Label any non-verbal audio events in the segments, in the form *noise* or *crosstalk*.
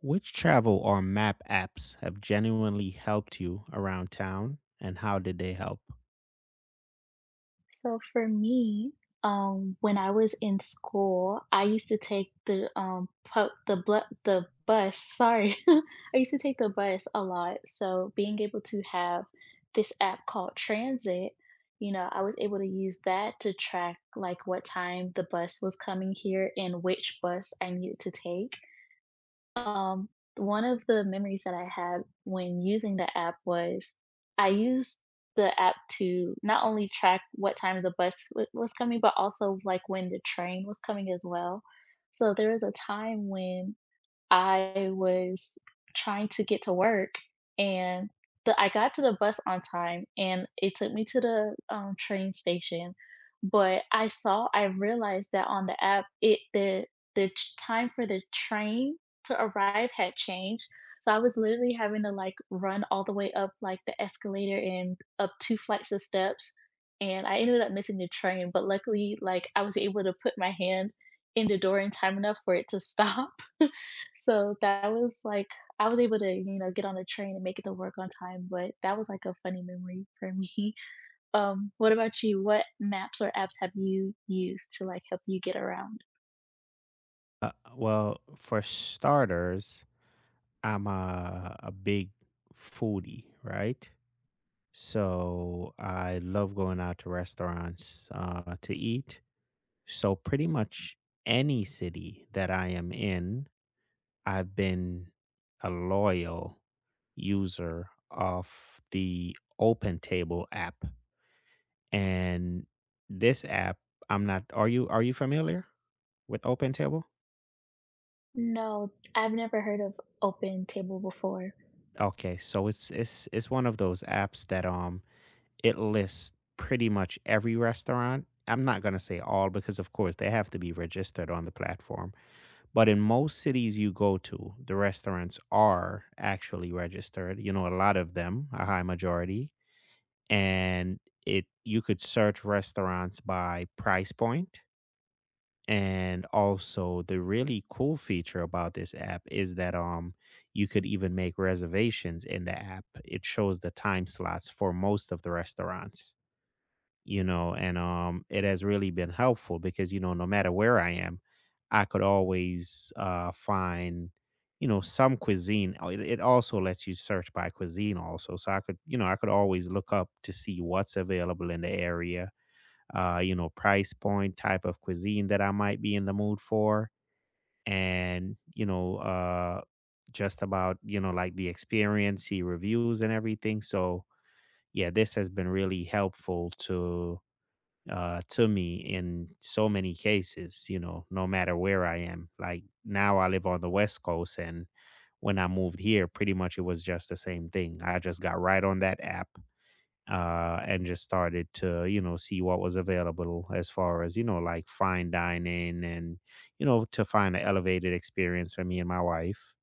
Which travel or map apps have genuinely helped you around town and how did they help? So for me, when I was in school, I used to take the the bus. Sorry, *laughs* I used to take the bus a lot. So being able to have this app called Transit, you know, I was able to use that to track like what time the bus was coming here and which bus I needed to take. Um, one of the memories that I had when using the app was I used the app to not only track what time the bus wa was coming, but also, like, when the train was coming as well. So there was a time when I was trying to get to work and the I got to the bus on time and it took me to the, train station, but I realized that on the app, it the ch time for the train to arrive had changed, so I was literally having to, like, run all the way up, like, the escalator and up 2 flights of steps, and I ended up missing the train, but luckily, like, I was able to put my hand in the door in time enough for it to *laughs* stop. So that was like I was able to, you know, get on the train and make it to work on time, but that was like a funny memory for me. *laughs* What about you? What maps or apps have you used to like help you get around? Well, for starters, I'm a big foodie, right? So I love going out to restaurants to eat. So pretty much any city that I am in, I've been a loyal user of the Open Table app. And this app, I'm not are you familiar with Open Table? No, I've never heard of Open Table before. Okay, so it's one of those apps that it lists pretty much every restaurant. I'm not gonna say all because of course they have to be registered on the platform. But in most cities you go to, the restaurants are actually registered. You know, a lot of them, a high majority. And it you could search restaurants by price point. And also the really cool feature about this app is that you could even make reservations in the app. It shows the time slots for most of the restaurants, you know, and it has really been helpful because you know no matter where I am, I could always find you know some cuisine. Oh, it also lets you search by cuisine also, so I could you know I could always look up to see what's available in the area, you know, price point, type of cuisine that I might be in the mood for, and, just about, like the experience, see reviews and everything. So, yeah, this has been really helpful to me in so many cases, you know, no matter where I am. Like now I live on the West Coast, and when I moved here, pretty much it was just the same thing. I just got right on that app, and just started to you know see what was available as far as you know like fine dining, and you know to find an elevated experience for me and my wife.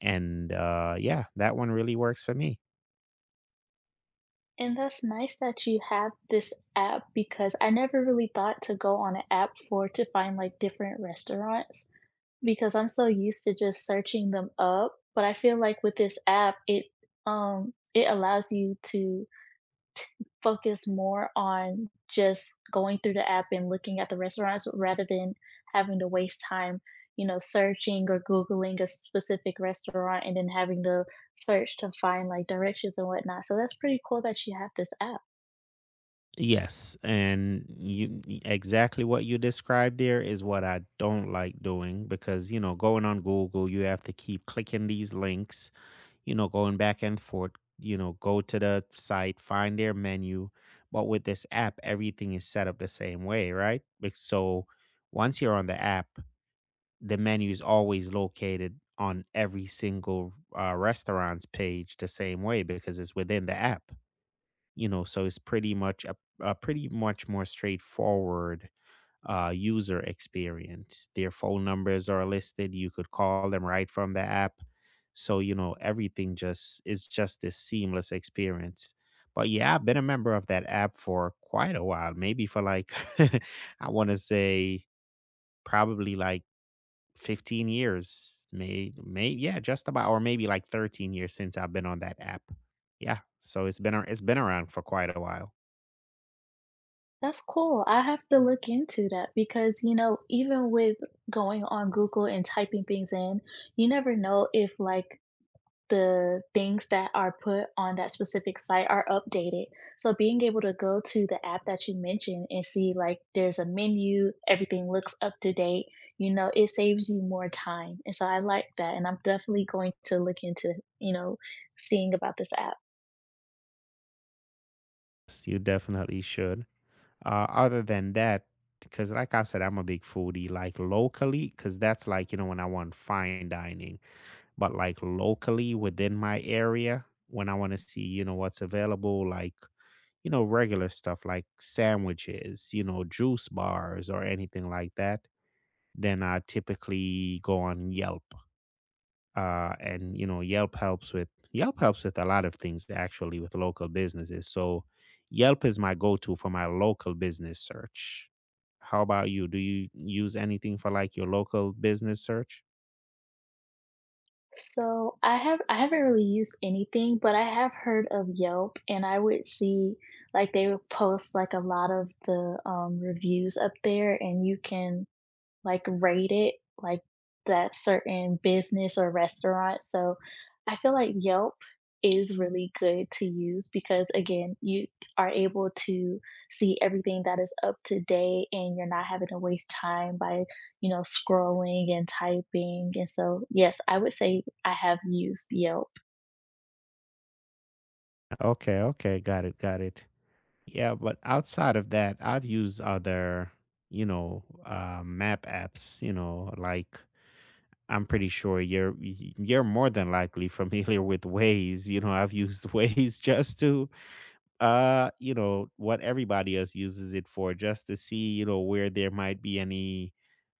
And yeah, that one really works for me. And that's nice that you have this app because I never really thought to go on an app for to find like different restaurants because I'm so used to just searching them up. But I feel like with this app, it allows you to focus more on just going through the app and looking at the restaurants rather than having to waste time, you know, searching or Googling a specific restaurant and then having to search to find like directions and whatnot. So that's pretty cool that you have this app. Yes, and exactly what you described there is what I don't like doing, because you know going on Google you have to keep clicking these links, you know, going back and forth, you know, go to the site, find their menu. But with this app, everything is set up the same way, right? Like, so once you're on the app, the menu is always located on every single restaurant's page the same way because it's within the app, you know, so it's pretty much a pretty much more straightforward user experience. Their phone numbers are listed. You could call them right from the app, so, you know, everything just is just this seamless experience. But yeah, I've been a member of that app for quite a while, maybe for like, *laughs* I want to say probably like 15 years, yeah, just about, or maybe like 13 years since I've been on that app. Yeah. So it's been, it's been around for quite a while. That's cool. I have to look into that because, you know, even with going on Google and typing things in, you never know if like the things that are put on that specific site are updated. So being able to go to the app that you mentioned and see like there's a menu, everything looks up to date, you know, it saves you more time. And so I like that. And I'm definitely going to look into, you know, seeing about this app. So you definitely should. Other than that, because like I said, I'm a big foodie, like locally, because that's like, you know, when I want fine dining. But like locally within my area when I want to see, you know, what's available, like, you know, regular stuff like sandwiches, you know, juice bars or anything like that, then I typically go on Yelp. And you know, Yelp helps with a lot of things actually with local businesses. So Yelp is my go-to for my local business search. How about you? Do you use anything for like your local business search? So I haven't really used anything, but I have heard of Yelp, and I would see like they would post like a lot of the reviews up there, and you can like rated like that certain business or restaurant. So I feel like Yelp is really good to use because again, you are able to see everything that is up to date and you're not having to waste time by, you know, scrolling and typing. And so, yes, I would say I have used Yelp. Okay, okay, got it, got it. Yeah, but outside of that, I've used other, map apps. You know, like I'm pretty sure you're more than likely *laughs* familiar with Waze. You know, I've used *laughs* Waze just to, you know, what everybody else uses it for, just to see, you know, where there might be any,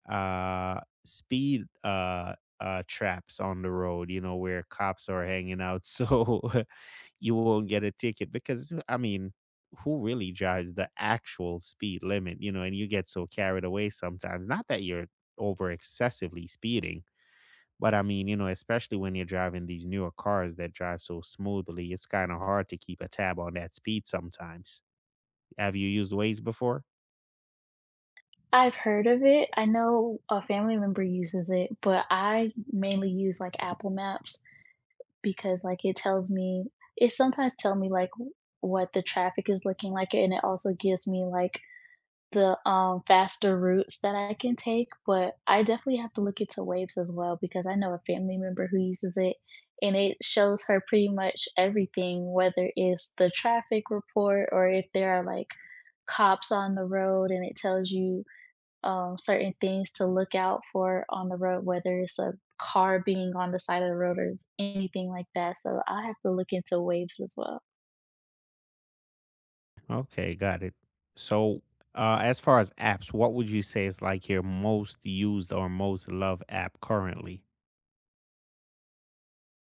speed, traps on the road. You know, where cops are hanging out. *laughs* So you won't get a ticket because I mean, who really drives the actual speed limit, you know, and you get so carried away sometimes. Not that you're over excessively speeding, but I mean, you know, especially when you're driving these newer cars that drive so smoothly, it's kind of hard to keep a tab on that speed sometimes. Have you used Waze before? I've heard of it. I know a family member uses it, but I mainly use like Apple Maps because, like, it sometimes tell me, like, w what the traffic is looking like, and it also gives me, like, the, faster routes that I can take, but I definitely have to look into Waves as well because I know a family member who uses it, and it shows her pretty much everything, whether it's the traffic report or if there are, like, cops on the road, and it tells you certain things to look out for on the road, whether it's a car being on the side of the road or anything like that. So I have to look into waves as well. Okay, got it. So, as far as apps, what would you say is like your most used or most loved app currently?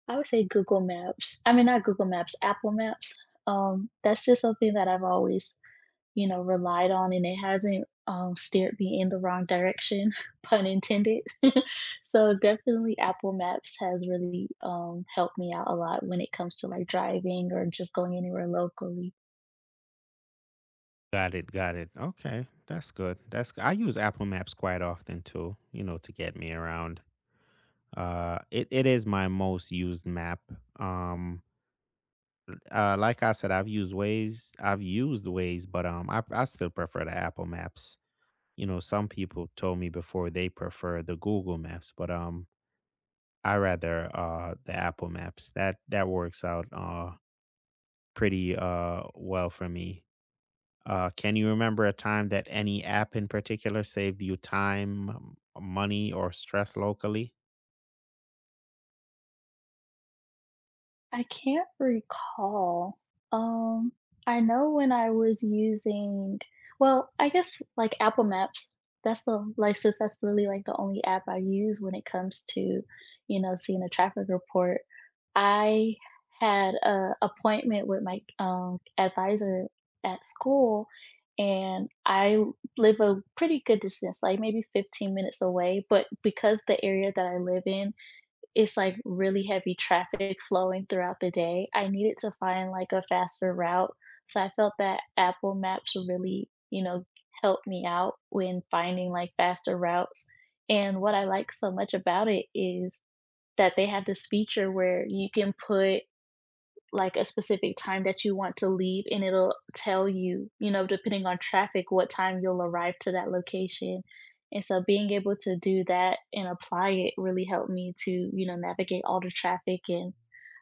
I would say Google Maps. I mean, not Google Maps, Apple Maps. That's just something that I've always, you know, relied on, and it hasn't steered me in the wrong direction, *laughs* pun intended. *laughs* So definitely, Apple Maps has really helped me out a lot when it comes to like driving or just going anywhere locally. Got it, got it. Okay, that's good. I use Apple Maps quite often too, you know, to get me around. It is my most used map. Um, like I said, I've used Waze, but I still prefer the Apple Maps. You know, some people told me before they prefer the Google Maps, but I rather the Apple Maps. That works out pretty well for me. Can you remember a time that any app in particular saved you time, money, or stress locally? I can't recall. Um, I know when I was using well, I guess, like, Apple Maps, that's the like, since that's really, like, the only app I use when it comes to, you know, seeing a traffic report. I had a appointment with my, advisor at school, and I live a pretty good distance, like, maybe 15 minutes away, but because the area that I live in it's, like, really heavy traffic flowing throughout the day, I needed to find, like, a faster route, so I felt that Apple Maps really, you know, helped me out when finding, like, faster routes, and what I like so much about it is that they have this feature where you can put like a specific time that you want to leave and it'll tell you, you know, depending on traffic, what time you'll arrive to that location. And so being able to do that and apply it really helped me to, you know, navigate all the traffic and,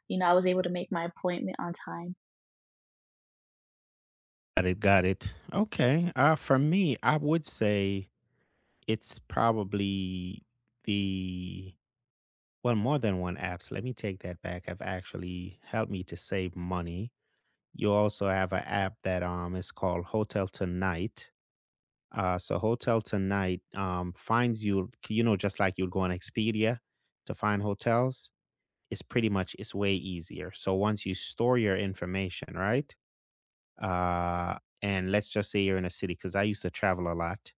you know, I was able to make my appointment on time. Got it. Got it. Okay. For me, I would say it's probably the more than one apps. Let me take that back. Have actually helped me to save money. You also have an app that is called Hotel Tonight. So Hotel Tonight finds you, you know, just like you'd go on Expedia to find hotels. Is pretty much it's way easier. So once you store your information, right? Uh, and let's just say you're in a city, because I used to travel a lot.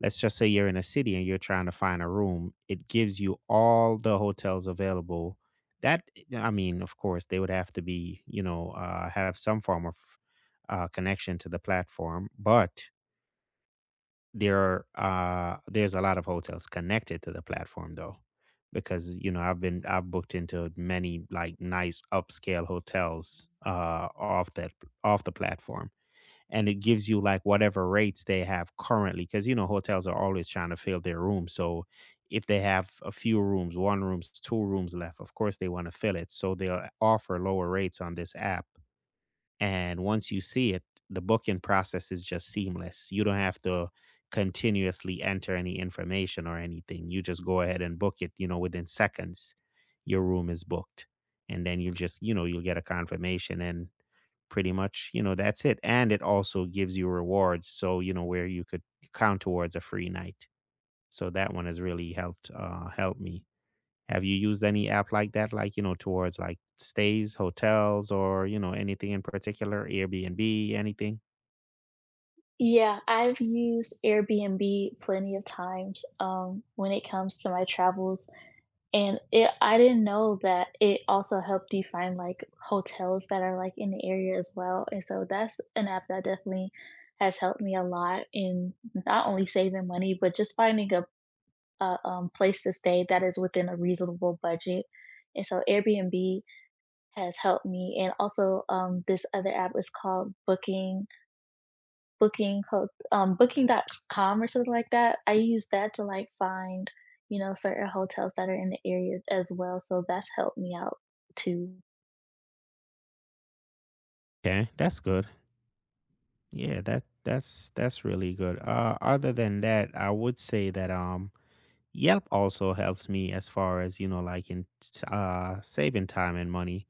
Let's just say you're in a city and you're trying to find a room. It gives you all the hotels available. That, I mean, of course, they would have to be, you know, have some form of connection to the platform, but there are, there's a lot of hotels connected to the platform though, because you know I've booked into many like nice upscale hotels off the platform, and it gives you like whatever rates they have currently, because you know hotels are always trying to fill their rooms, so if they have a few rooms, one rooms, two rooms left, of course they want to fill it, so they'll offer lower rates on this app. And once you see it, the booking process is just seamless. You don't have to continuously enter any information or anything. You just go ahead and book it, you know, within seconds, your room is booked. And then you just, you know, you'll get a confirmation and pretty much, you know, that's it. And it also gives you rewards. So, you know, where you could count towards a free night. So that one has really help me. Have you used any app like that, like, you know, towards like stays, hotels, or, you know, anything in particular, Airbnb, anything? Yeah, I've used Airbnb plenty of times when it comes to my travels. And it I didn't know that it also helped you find, like, hotels that are, like, in the area as well, and so that's an app that definitely has helped me a lot in not only saving money, but just finding a, place to stay that is within a reasonable budget, and so Airbnb has helped me, and also, this other app is called booking.com or something like that. I use that to, like, find, you know, certain hotels that are in the area as well, so that's helped me out too. Okay, that's good. Yeah, that's really good. Other than that, I would say that Yelp also helps me as far as you know, like in saving time and money,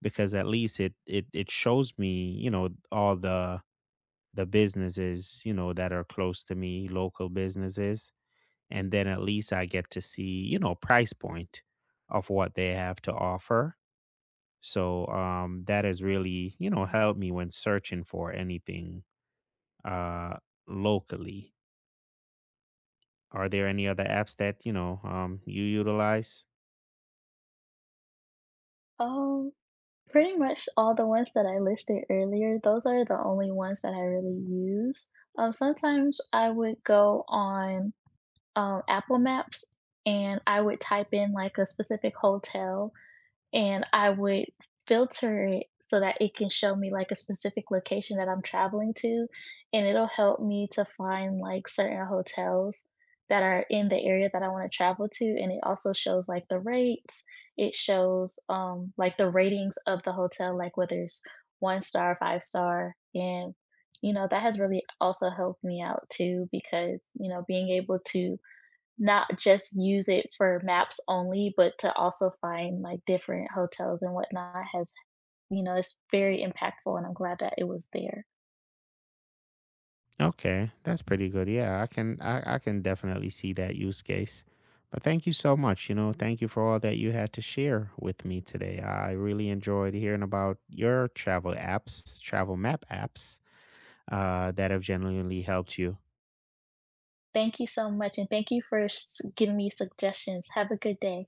because at least it shows me you know all the businesses you know that are close to me, local businesses, and then at least I get to see, you know, price point of what they have to offer. So that has really, you know, helped me when searching for anything, uh, locally. Are there any other apps that you know you utilize? Um, pretty much all the ones that I listed earlier, those are the only ones that I really use. Sometimes I would go on, Apple Maps, and I would type in, like, a specific hotel and I would filter it so that it can show me, like, a specific location that I'm traveling to, and it'll help me to find, like, certain hotels that are in the area that I wanna travel to, and it also shows, like, the rates. It shows, like, the ratings of the hotel, like, whether it's 1 star, 5 star, and, you know, that has really also helped me out too because, you know, being able to not just use it for maps only, but to also find, like, different hotels and whatnot has you know, it's very impactful, and I'm glad that it was there. Okay, that's pretty good. Yeah, I can definitely see that use case. But thank you so much. You know, thank you for all that you had to share with me today. I really enjoyed hearing about your travel apps, travel map apps. That have genuinely helped you. Thank you so much, and thank you for s giving me suggestions. Have a good day.